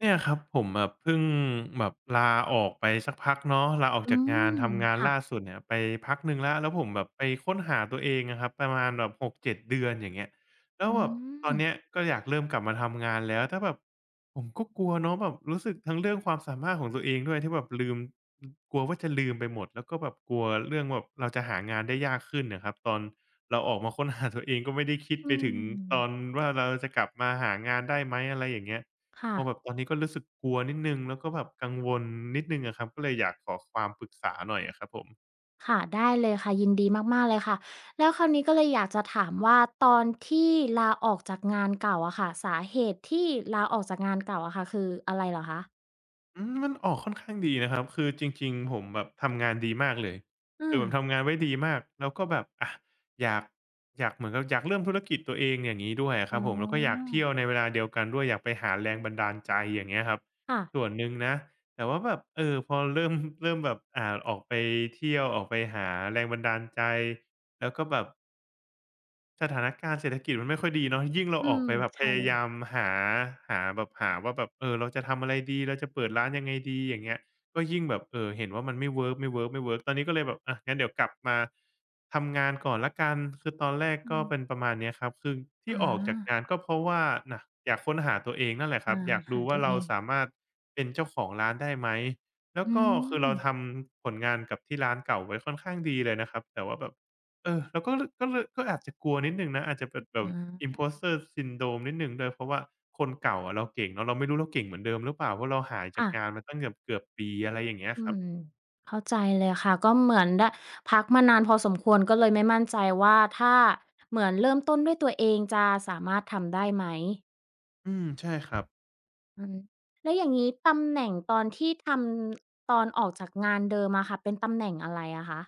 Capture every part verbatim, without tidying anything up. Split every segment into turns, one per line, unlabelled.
เนี่ยครับผมแบบเพิ่งแบบลาออกไปสักพักเนาะลาออก
อื
จากงาน
ม
ทำงาน
ค่ะ
ล่าสุดเนี่ยไปพักหนึ่งแล้วแล้วผมแบบไปค้นหาตัวเองอะครับประมาณแบบหกเจ็ดเจ็ดเดือนอย่างเงี้ยแล้ว
อื
แบบตอน
ม
เนี้ยก็อยากเริ่มกลับมาทำงานแล้วแต่แบบผมก็กลัวเนาะแบบรู้สึกทั้งเรื่องความสามารถของตัวเองด้วยที่แบบลืมอือกลัวว่าจะลืมไปหมดแล้วก็แบบกลัวเรื่องแบบเราจะหางานได้ยากขึ้นน่ะครับตอนเราออกมาค้นหา ตัวเองก็ไม่ได้คิดไป
อื
ถึงตอน
ม
ว่าเราจะกลับมาหางานได้ไหมอะไรอย่างเงี้ย พ
ค่ะ
อแบบตอนนี้ก็รู้สึกกลัวนิดหนึ่งแล้วก็แบบกังวลนิดหนึ่งอะครับก็เลยอยากขอความปรึกษาหน่อยอะครับผม
ค่ะได้เลยค่ะยินดีมากๆเลยค่ะแล้วคราวนี้ก็เลยอยากจะถามว่าตอนที่ลาออกจากงานเก่าอะค่ะสาเหตุที่ลาออกจากงานเก่าอะค่ะคืออะไรเหรอคะ
อืมมันออกค่อนข้างดีนะครับคือจริงๆผมแบบทำงานดีมากเลยคือแบบ
อา
ทำงานไว้ดีมากแล้วก็แบบอะอยากอยากเหมือนกับอยากเริ่มธุรกิจตัวเองอย่างงี้ด้วยอะค
อ๋
รับผมแล้วก็อยาก
อ
เที่ยวในเวลาเดียวกันด้วยอยากไปหาแรงบันดาลใจอย่างเงี้ยครับ
ค่ะ
ส่วนหนึ่งนะแต่ว่าแบบเออพอเริ่มเริ่มแบบอ่าออกไปเที่ยวออกไปหาแรงบันดาลใจแล้วก็แบบ สถานการณ์เศรษฐกิจมันไม่ค่อยดีเนาะยิ่งเรา
อื
ออก
ม
ไปแบบพ
ใช่
ยา
เลย
ยามหาหาแบบหาว่าแบบเออเราจะทำอะไรดีเราจะเปิดร้านยังไงดีอย่างเงี้ยก็ยิ่งแบบเออเห็นว่ามันไม่เวิร์กไม่เวิร์กไม่เวิร์กตอนนี้ก็เลยแบบอะงั้นเดี๋ยวกลับมาทำงานก่อนแล้วกันคือตอนแรก
อื
ก็เป็นป
ม
ระมาณเนี้ยครับคือที่
อา
ออกจากงานก็เพราะว่าน่ะอยากค้นหาตัวเองนั่นแหละครับ
อา
อยากดู
หา
ว่า
ตัวเอ
เรา
ง
สามารถเป็นเจ้าของร้านได้ไหมแล้ว
อื
ก็คือ
ม
เราทำผลงานกับที่ร้านเก่าไว้ค่อนข้างดีเลยนะครับแต่ว่าแบบ เออเราก็ลก็เลยก็อาจจะกลัวนิดหนึ่งนะอาจจะเป็นแบบ
อา
Imposter Syndrome นิดหนึ่งด้วยเพราะว่าคนเก่าอะเราเก่งเนาะเราไม่รู้เราเก่งเหมือนเดิมหรือเปล่าเพราะเราหายจาก
ค่ะ
งานมาตั้งเกือบเกือบปีอะไรอย่างเงี้ยค
อื
รับ
มเข้าใจเลยค่ะก็เหมือนได้พักมานานพอสมควรก็เลยไม่มั่นใจว่าถ้าเหมือนเริ่มต้นด้วยตัวเองจะสามารถทำได้ไหม
อืมใช่ครับ
อืมแล้วอย่างงี้ตำแหน่งตอนที่ทำตอนออกจากงานเดิมอะค่ะเป็นตำแหน่งอะไรอะคะ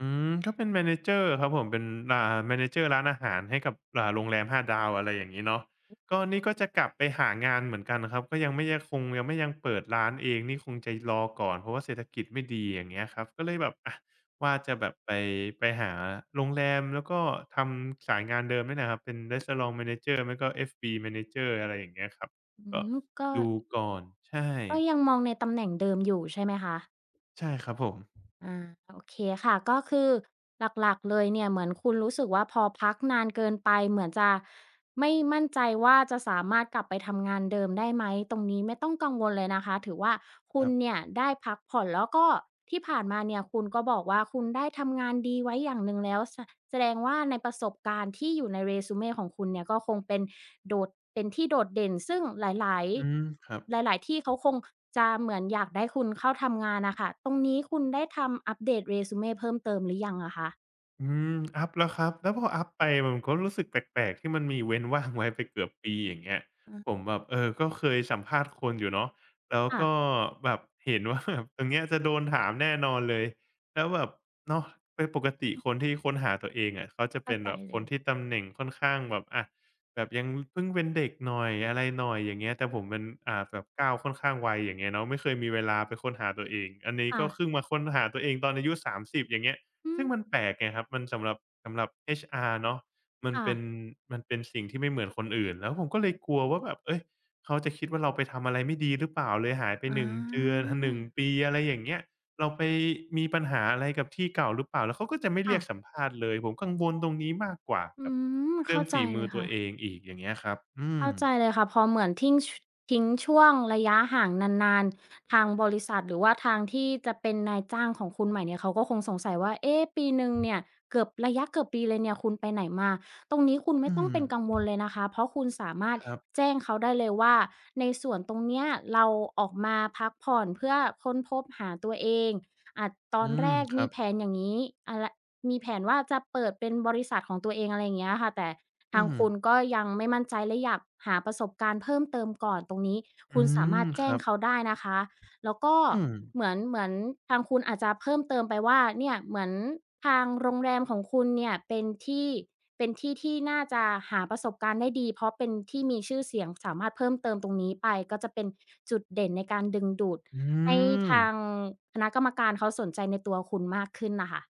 อืมก็เป็นแมเนเจอร์ครับผมเป็นอ่าแมเนเจอร์ร้านอาหารให้กับอ่าโรงแรมห้าดาวอะไรอย่างงี้เนาะก็นี่ก็จะกลับไปหางานเหมือนกันครับก็ยังไม่ยังคงยังไม่ยังเปิดร้านเองนี่คงจะรอก่อนเพราะว่าเศรษฐกิจไม่ดีอย่างเงี้ยครับก็เลยแบบอะว่าจะแบบไปไปหาโรงแรมแล้วก็ทำสายงานเดิมเนี่ยนะครับเป็น Restaurant Manager ไม่ก็ เอฟ บี Manager อะไรอย่างเงี้ยครับ
อื
ก็
มก็
ดูก่อนใช่
ก็ยังมองในตำแหน่งเดิมอยู่ใช่ไหมคะ
ใช่ครับผม
อาโอเคค่ะก็คือหลักๆเลยเนี่ยเหมือนคุณรู้สึกว่าพอพักนานเกินไปเหมือนจะไม่มั่นใจว่าจะสามารถกลับไปทำงานเดิมได้ไหมตรงนี้ไม่ต้องกังวลเลยนะคะถือว่า
ค
คุ
รั
ณ
บ
เนี่ยได้พักผ่อนแล้วก็ที่ผ่านมาเนี่ยคุณก็บอกว่าคุณได้ทำงานดีไว้อย่างหนึ่งแล้วแสแสดงว่าในประสบการณ์ที่อยู่ในเรซูเม ของคุณเนี่ยก็คงเป็นโดดเป็นที่โดดเด่นซึ่งหลาย
อื
ๆ
มครับ
หลายๆที่เขาคงจะเหมือนอยากได้คุณเข้าทำงานน่ะค่ะตรงนี้คุณได้ทำอัปเดต resume เพิ่มเติมหรือยังอะคะ
อืมอัปแล้วครับแล้วพออัปไปผมก็รู้สึกแปลกๆที่มันมีเว้นว่างไว้ไปเกือบปีอย่างเงี้ย
อื
ผมแบบเออก็เคยสัมภาษณ์คนอยู่เนาะแล้ว
ค่ะ
ก็แบบเห็นว่าแบบตรงเนี้ยจะโดนถามแน่นอนเลยแล้วแบบเนาะเป็นปกติคนที่ค้นหาตัวเองอะเขาจะเป็
เข้า
น
ใจ
แบบค
เล
น
ย
ที่ตำแหน่งค่อนข้างแบบอะแบบยังเพิ่งเป็นเด็กหน่อยอะไรหน่อยอย่างเงี้ยแต่ผมมันอ่าแบบก้าวค่อนข้างไวอย่างเงี้ยเนาะไม่เคยมีเวลาไปค้นหาตัวเองอันนี้
ค่ะ
ก็เพิ่งมาค้นหาตัวเองตอนอายุสามสิบอย่างเงี้ย
อื
ซึ่
ม
งมันแปลกไงครับมันสำหรับสำหรับ เอช อาร์ เนาะมัน
ค่ะ
เป็นมันเป็นสิ่งที่ไม่เหมือนคนอื่นแล้วผมก็เลยกลัวว่าแบบเฮ้ยเขาจะคิดว่าเราไปทำอะไรไม่ดีหรือเปล่าเลยหายไปห
อา
นึ่งเดือนหหนึ่งปีอะไรอย่างเงี้ยเราไปมีปัญหาอะไรกับที่เก่าหรือเปล่าแล้วเขาก็จะไม่เรี
ค่ะ
ยกสัมภาษณ์เลยผมกังวลตรงนี้มากกว่า
อื
กับ
ม
เรื่อ
เข้า
ง
ใจ
ฝีมื
เล
อ
ย
ตัว
ค่ะ
เองอีกอย่างเงี้ยครับอืม
เข้าใจเลยค่ะพอเหมือนทิ้งชทิ้งช่วงระยะห่างนานๆทางบริษัทหรือว่าทางที่จะเป็นนายจ้างของคุณใหม่เนี่ยเขาก็คงสงสัยว่าเอ๊ะปีหนึ่งเนี่ยเกือบระยะเกือบปีเลยเนี่ยคุณไปไหนมาตรงนี้คุณไม่
อื
ต้อง
ม
เป็นกังวลเลยนะคะเพราะคุณสามารถ
ครับ
แจ้งเขาได้เลยว่าในส่วนตรงเนี้ยเราออกมาพักผ่อนเพื่อค้นพบหาตัวเองอาจต
อื
อน
ม
แรก
ครั
มี
บ
แผนอย่างนี้อะไรมีแผนว่าจะเปิดเป็นบริษัทของตัวเองอะไรอย่างเงี้ยค่ะแต่ ทา
อื
ง
ม
คุณก็ยังไม่มั่นใจและอยากหาประสบการณ์เพิ่มเติมก่อนตรงนี้
อื
คุณสามา
ม
รถ
ค
แจ้
รั
ง
บ
เขาได้นะคะแล้วก็
อืม
เหมือนเหมือนทางคุณอาจจะเพิ่มเติมไปว่าเนี่ยเหมือนทางโรงแรมของคุณเนี่ยเป็นที่เป็นที่ที่น่าจะหาประสบการณ์ได้ดีเพราะเป็นที่มีชื่อเสียงสามารถเพิ่มเติมตรงนี้ไปก็จะเป็นจุดเด่นในการดึงดูด
อื
ให้
ม
ทางคณะกรรมการเขาสนใจในตัวคุณมากขึ้นน่ะค่ะ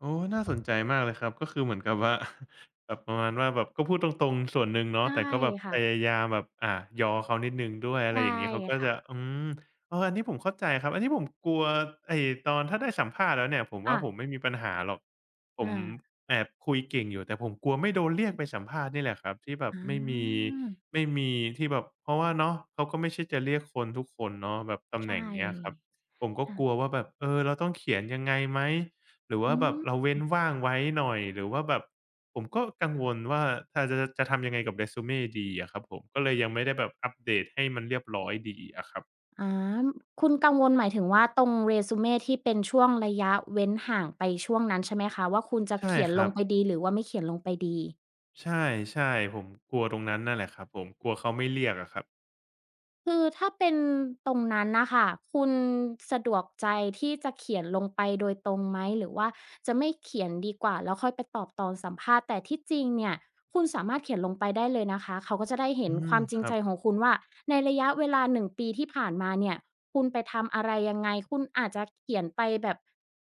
โอ้น่าสนใจมากเลยครับก็คือเหมือนกับว่า แบบประมาณว่าแบบก็พูดตรงๆส่วนหนึ่งเนาะ
ใช่
แต่ก็แบบพ
ค่ะ
ยายามแบบอ่ะยอเขานิดหนึ่งด้วยอะไร
ใช่
อย่างนี้เขาก็จะ
ค่ะ
อืมเอออันนี้ผมเข้าใจครับ อันนี้ผมกลัวไอ้ตอนถ้าได้สัมภาษณ์แล้วเนี่ยผมว่า
ค่ะ
ผมไม่มีปัญหาหรอกผม
อา
แอบคุยเก่งอยู่แต่ผมกลัวไม่โดนเรียกไปสัมภาษณ์นี่แหละครับที่แบบ
อ
ไม่มี
า
ไม่มีที่แบบเพราะว่าเนาะเขาก็ไม่ใช่จะเรียกคนทุกคนเนาะแบบตำแห
ใช่
น่งเนี้ยครับผมก็
ค่ะ
กลัวว่าแบบเออเราต้องเขียนยังไงไหม หรือว่า
อื
แบบเรา
ม
เว้นว่างไว้หน่อยหรือว่าแบบผมก็กังวลว่าถ้าจะจะทำยังไงกับเร e s เม e ดีอะครับผมก็เลยยังไม่ได้แบบอัปเดตให้มันเรียบร้อยดีอะครับ
อาคุณกังวลหมายถึงว่าตรงเรซูเมที่เป็นช่วงระยะเว้นห่างไปช่วงนั้นใช่ไหมคะว่าคุณจะ
ใช่
เขียน
ค
ล
รั
ง
บ
ไปดีหรือว่าไม่เขียนลงไปดี
ใช่ใช่ผมกลัวตรงนั้นนั่นแหละครับผมกลัวเขาไม่เรียกอะครับ
คือถ้าเป็นตรงนั้นนะคะคุณสะดวกใจที่จะเขียนลงไปโดยตรงไหมหรือว่าจะไม่เขียนดีกว่าแล้วค่อยไปตอบตอนสัมภาษณ์แต่ที่จริงเนี่ยคุณสามารถเขียนลงไปได้เลยนะคะเขาก็จะได้เห็
อื
น
ม
ความจ
ค
ริง
รั
ใจ
บ
ของคุณว่าในระยะเวลาหนึงปีที่ผ่านมาเนี่ยคุณไปทำอะไรยังไงคุณอาจจะเขียนไปแบบ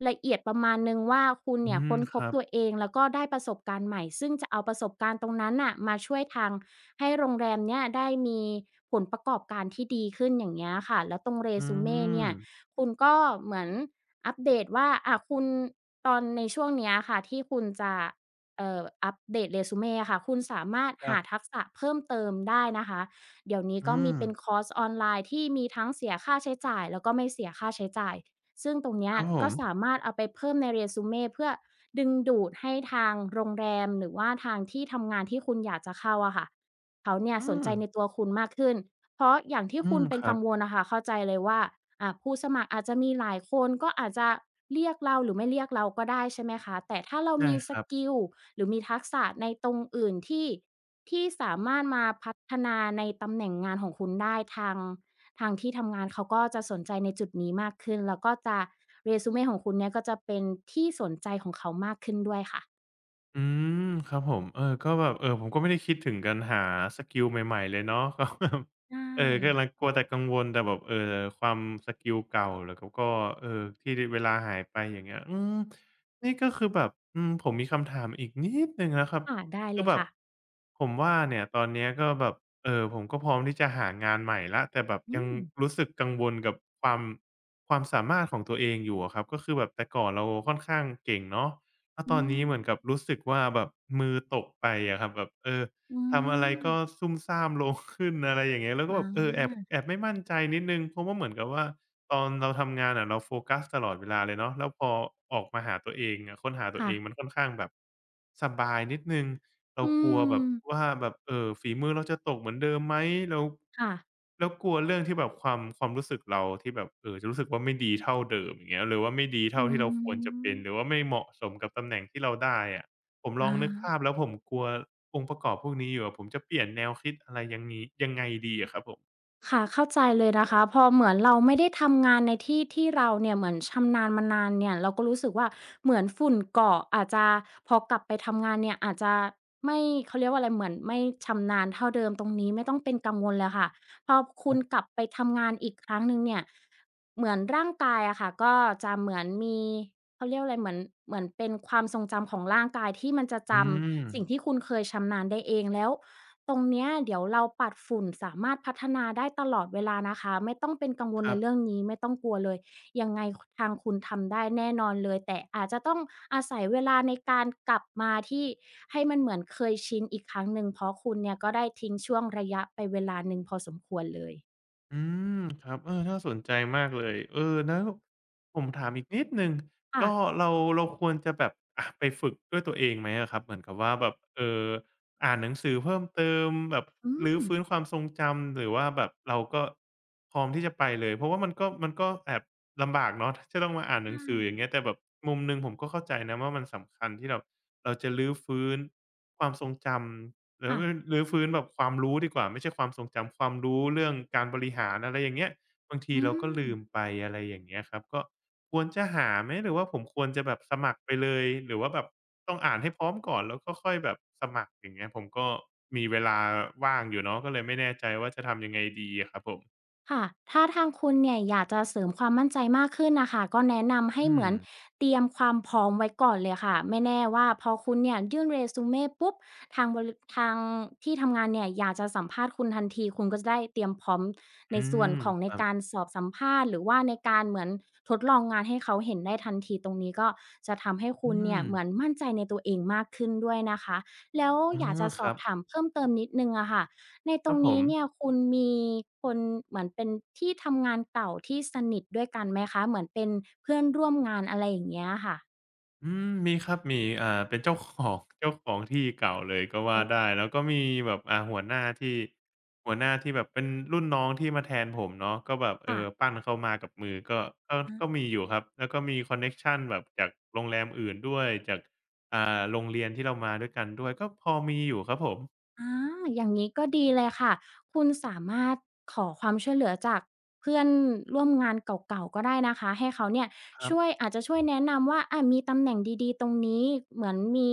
ละเอียดประมาณหนึ่งว่าคุณ
อื
เนี่ย
ม
ค้น
ค
พบ
รับ
ตัวเองแล้วก็ได้ประสบการณ์ใหม่ซึ่งจะเอาประสบการณ์ตรงนั้นน่ะมาช่วยทาง ให้โรงแรมเนี่ยได้มีผลประกอบการที่ดีขึ้นอย่างเงี้ยค่ะแล้วตรง
อื
resume เม่เนี่
ม
ยคุณก็เหมือนอัปเดตว่าอ่าคุณตอนในช่วงเนี้ยค่ะที่คุณจะเอ่ออัปเดต resume อะค่ะคุณสามารถ
ครั
หาทั
บ
กษะเพิ่มเติมได้นะคะเดี๋ยวนี้ก็
อื
มี
ม
เป็นคอร์สออนไลน์ที่มีทั้งเสียค่าใช้จ่ายแล้วก็ไม่เสียค่าใช้จ่ายซึ่งตรง
ค
เนี้ย
รับผ
ก็
ม
สามารถเอาไปเพิ่มใน เรซูเมเพื่อดึงดูดให้ทางโรงแรมหรือว่าทางที่ทำงานที่คุณอยากจะเข้าอะค่ะ เขาเนี่ย
อื
สน
ม
ใจในตัวคุณมากขึ้นเพราะอย่างที่
อื
คุ
ม
ณเป็
ค
น
รั
กั
บ
งวลน่ะคะเข้าใจเลยว่าอ่าผู้สมัครอาจจะมีหลายคนก็อาจจะเรียกเราหรือไม่เรียกเราก็ได้ใช่ไหมคะแต่ถ้าเรา
ใช่
มี
ค
ส
รับ
กิลหรือมีทักษะในตรงอื่นที่ที่สามารถมาพัฒนาในตำแหน่งงานของคุณได้ทางทางที่ทำงานเขาก็จะสนใจในจุดนี้มากขึ้นแล้วก็จะเรซูเมของคุณเนี่ยก็จะเป็นที่สนใจของเขามากขึ้นด้วยค่ะ
อืมครับผมเออก็แบบเออผมก็ไม่ได้คิดถึงการหาสกิลใหม่ๆเลยเนาะ ก็แบบเอ
ได้
อกำลังกลัวแต่กังวลแต่แบบเอ่อความสกิลเก่าแล้วก็เอ่อที่เวลาหายไปอย่างเงี้ยอืมนี่ก็คือแบบอืมผมมีคำถามอีกนิดหนึ่งนะครับ
ค่ะได้
คื
เล
อ
ย
แบบ
ค่ะ
ผมว่าเนี่ยตอนเนี้ยก็แบบเอ่อผมก็พร้อมที่จะหางานใหม่แล้วแต่แบบ
อื
ยัง
ม
รู้สึกกังวลกับความความสามารถของตัวเองอยู่อะครับก็คือแบบแต่ก่อนเราค่อนข้างเก่งเนาะ ถ้าต
อื
อนนี้
ม
เหมือนกับรู้สึกว่าแบบมือตกไปอะครับแบบเออ
อื
ทำอะไร
ม
ก็ซุ่มซ่ามลง ขึ้นอะไรอย่างเงี้ยแล้วก็แบบเออแอบ
อา
แอบไม่มั่นใจนิดหนึ่งเพราะว่าเหมือนกับว่า ตอนเราทำงานอะเราโฟกัสตลอดเวลาเลยเนาะแล้วพอออกมาหาตัวเองอะค้นหาตัวเอ
ค่ะ
งมันค่อนข้างแบบสบายนิดหนึ่งเรา
อื
กลัวแบ
ม
บว่าแบบเอ่อฝีมือเราจะตกเหมือนเดิมไหมเรา
ค่ะ
แล้วกลัวเรื่องที่แบบความความรู้สึกเราที่แบบเอ่อจะรู้สึกว่าไม่ดีเท่าเดิมอย่างเงี้ยหรือว่าไม่ดีเท่า
อื
ที่เราควรจะเป็นหรือ
ม
ว่าไม่เหมาะสมกับตำแหน่งที่เราได้อะผมลอ
อา
งนึกภาพแล้วผมกลัวองค์ประกอบพวกนี้อยู่อะผมจะเปลี่ยนแนวคิดอะไรยังงี้ยังไงดีอะครับผม
ค่ะเข้าใจเลยนะคะพอเหมือนเราไม่ได้ทำงานในที่ที่เราเนี่ยเหมือนชำนาญมานานเนี่ยเราก็รู้สึกว่าเหมือนฝุ่นเกาะอาจจะพอกลับไปทำงานเนี่ยอาจจะไม่เขาเรียกว่าอะไรเหมือนไม่ชำนาญเท่าเดิมตรงนี้ไม่ต้องเป็นกังวลเลยค่ะพอคุณกลับไปทำงานอีกครั้งหนึ่งเนี่ยเหมือนร่างกายอะค่ะก็จะเหมือนมีเขาเรียกว่าอะไรเหมือนเหมือนเป็นความทรงจำของร่างกายที่มันจะจ
อืม
ำสิ่งที่คุณเคยชำนาญได้เองแล้ว ตรงเนี้ยเดี๋ยวเราปัดฝุ่นสามารถพัฒนาได้ตลอดเวลานะคะไม่ต้องเป็นกังว
ค
ล
รั
ใน
บ
เรื่องนี้ไม่ต้องกลัวเลยยังไงทางคุณทำได้แน่นอนเลยแต่อาจจะต้องอาศัยเวลาในการกลับมาที่ให้มันเหมือนเคยชินอีกครั้งหนึ่งเพราะคุณเนี่ยก็ได้ทิ้งช่วงระยะไปเวลาหนึ่งพอสมควรเลย
อืมครับเออน่าสนใจมากเลยเออแล้วผมถามอีกนิดหนึ่งก็
ค่ะ
เราเราควรจะแบบอะไปฝึกด้วยตัวเองไหมอะครับเหมือนกับว่าแบบเอ่ออ่านหนังสือเพิ่มเติมแบบ
อื
รื้อ
ม
ฟื้นความทรงจำหรือว่าแบบเราก็พร้อมที่จะไปเลยเพราะว่ามันก็มันก็แอบลำบากเนาะที่ต้องมาอ่าน
ใช
หนังสืออย่าง
่
เงี้ยแต่แบบมุมหนึ่งผมก็เข้าใจนะว่ามันสำคัญที่แบบเราจะรื้อฟื้นความทรงจำ หรือ
ค่ะ
ไม่รื้อฟื้นแบบความรู้ดีกว่าไม่ใช่ความทรงจำความรู้เรื่องการบริหารอะไรอย่างเงี้ยบางที
อื
เราก็
ม
ลืมไปอะไรอย่างเงี้ยครับก็ควรจะหาไหมหรือว่าผมควรจะแบบสมัครไปเลยหรือว่าแบบต้องอ่านให้พร้อมก่อนแล้วก็ค่อยแบบสมัครอย่างเงี้ยผมก็มีเวลาว่างอยู่เนาะก็เลยไม่แน่ใจว่าจะทำยังไงดีอะครับผม
ค่ะถ้าทางคุณเนี่ยอยากจะเสริมความมั่นใจมากขึ้นนะคะ ก็แนะนำให้
อื
เห
ม
มือนเตรียมความพร้อมไว้ก่อนเลยค่ะไม่แน่ว่าพอคุณเนี่ยยื่น เรซูเม่ ปุ๊บทางบริทางที่ทำงานเนี่ยอยากจะสัมภาษณ์คุณทันทีคุณก็จะได้เตรียมพร้อมใน
อื
ส่วน
ม
ของ
ค
ใน
รั
การ
บ
สอบสัมภาษณ์หรือว่าในการเหมือนทดลองงานให้เขาเห็นได้ทันทีตรงนี้ก็จะทำให้
อื
คุณเนี่ย
ม
เหมือนมั่นใจในตัวเองมากขึ้นด้วยนะคะแล้ว
อ๋อ
อยากจะส
ค
อ
รั
บ
บ
ถามเพิ่มเติมนิดนึงอะค่ะ ใน
ค
ตร
รับ
ง
ผม
นี้เนี่ยคุณมีคนเหมือนเป็นที่ทำงานเก่าที่สนิทด้วยกันไหมคะเหมือนเป็นเพื่อนร่วมงานอะไรอย่างเงี้ยค่ะ
อืมมีครับมีอ่าเป็นเจ้าของ เจ้าของที่เก่าเลยก็
โอ
ว่า
้
ได้แล้วก็มีแบบอ่าหัวหน้าที่หัวหน้าที่แบบเป็นรุ่นน้องที่มาแทนผมเนาะก็แบบเอ
ค่ะ
อปั้นเขามากับมือก็ก็
อา
ก็มีอยู่ครับแล้วก็มีคอนเน็กชันแบบจากโรงแรมอื่นด้วยจากอ่าโรงเรียนที่เรามาด้วยกันด้วยก็พอมีอยู่ครับผม
อาอย่างงี้ก็ดีเลยค่ะคุณสามารถขอความช่วยเหลือจากเพื่อนร่วมงานเก่าๆก็ได้นะคะให้เขาเนี่ย
ครับ
ช่วยอาจจะช่วยแนะนำว่าอามีตำแหน่งดีๆตรงนี้เหมือนมี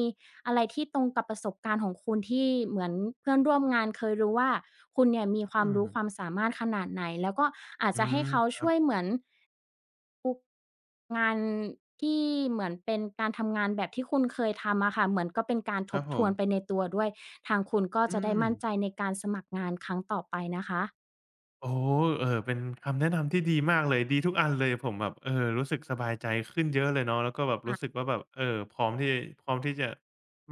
อะไรที่ตรงกับประสบการณ์ของคุณที่เหมือนเพื่อนร่วมงานเคยรู้ว่าคุณเนี่ยมีความ
อื
รู้ความ
ม
สามารถขนาดไหนแล้วก็อาจ
อื
จะให้
ม
เขา
ครับ
ช่วยเหมือน งานที่เหมือนเป็นการทำงานแบบที่คุณเคยทำอะค่ะเหมือนก็เป็นการ
ค
ท
รับ
บ
ผ
ท
ม
วนไปในตัวด้วยทางคุณก็
อื
จะได้
ม
มั่นใจในการสมัครงานครั้งต่อไปนะคะ
โอ้เออเป็นคำแนะนำที่ดีมากเลย ดีทุกอันเลย ผมแบบเออรู้สึกสบายใจขึ้นเยอะเลยเนาะแล้วก็แบบรู้สึก
ค่ะ
ว่าแบบเออพร้อมที่พร้อมที่จะ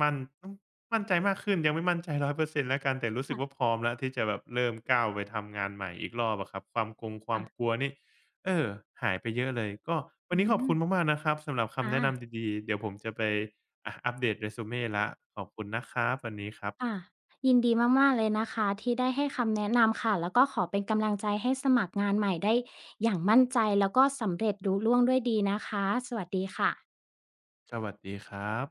มั่นอือมั่นใจมากขึ้นยังไม่มั่นใจร้อยเปอร์เซ็นต์แล้วกันแต่รู้สึกว่า
ค่ะ
พร้อมแล้วที่จะแบบเริ่มก้าวไปทำงานใหม่อีกรอบอะครับความกงความกลั
ค่ะ
วนี่เออหายไปเยอะเลยก็วัน
อื
นี้ขอบคุ
ม
ณมากๆนะครับสำหรับคำ
ค่ะ
แนะนำดีๆเดี๋ยวผมจะไปอะอัปเดต resume แล้วขอบคุณนะครับวันนี้ครั
ค่ะ
บ
ยินดีมากๆเลยนะคะที่ได้ให้คำแนะนำค่ะแล้วก็ขอเป็นกำลังใจให้สมัครงานใหม่ได้อย่างมั่นใจแล้วก็สำเร็จรุล่วงด้วยดีนะคะสวัสดีค่ะ
สวัสดีครับ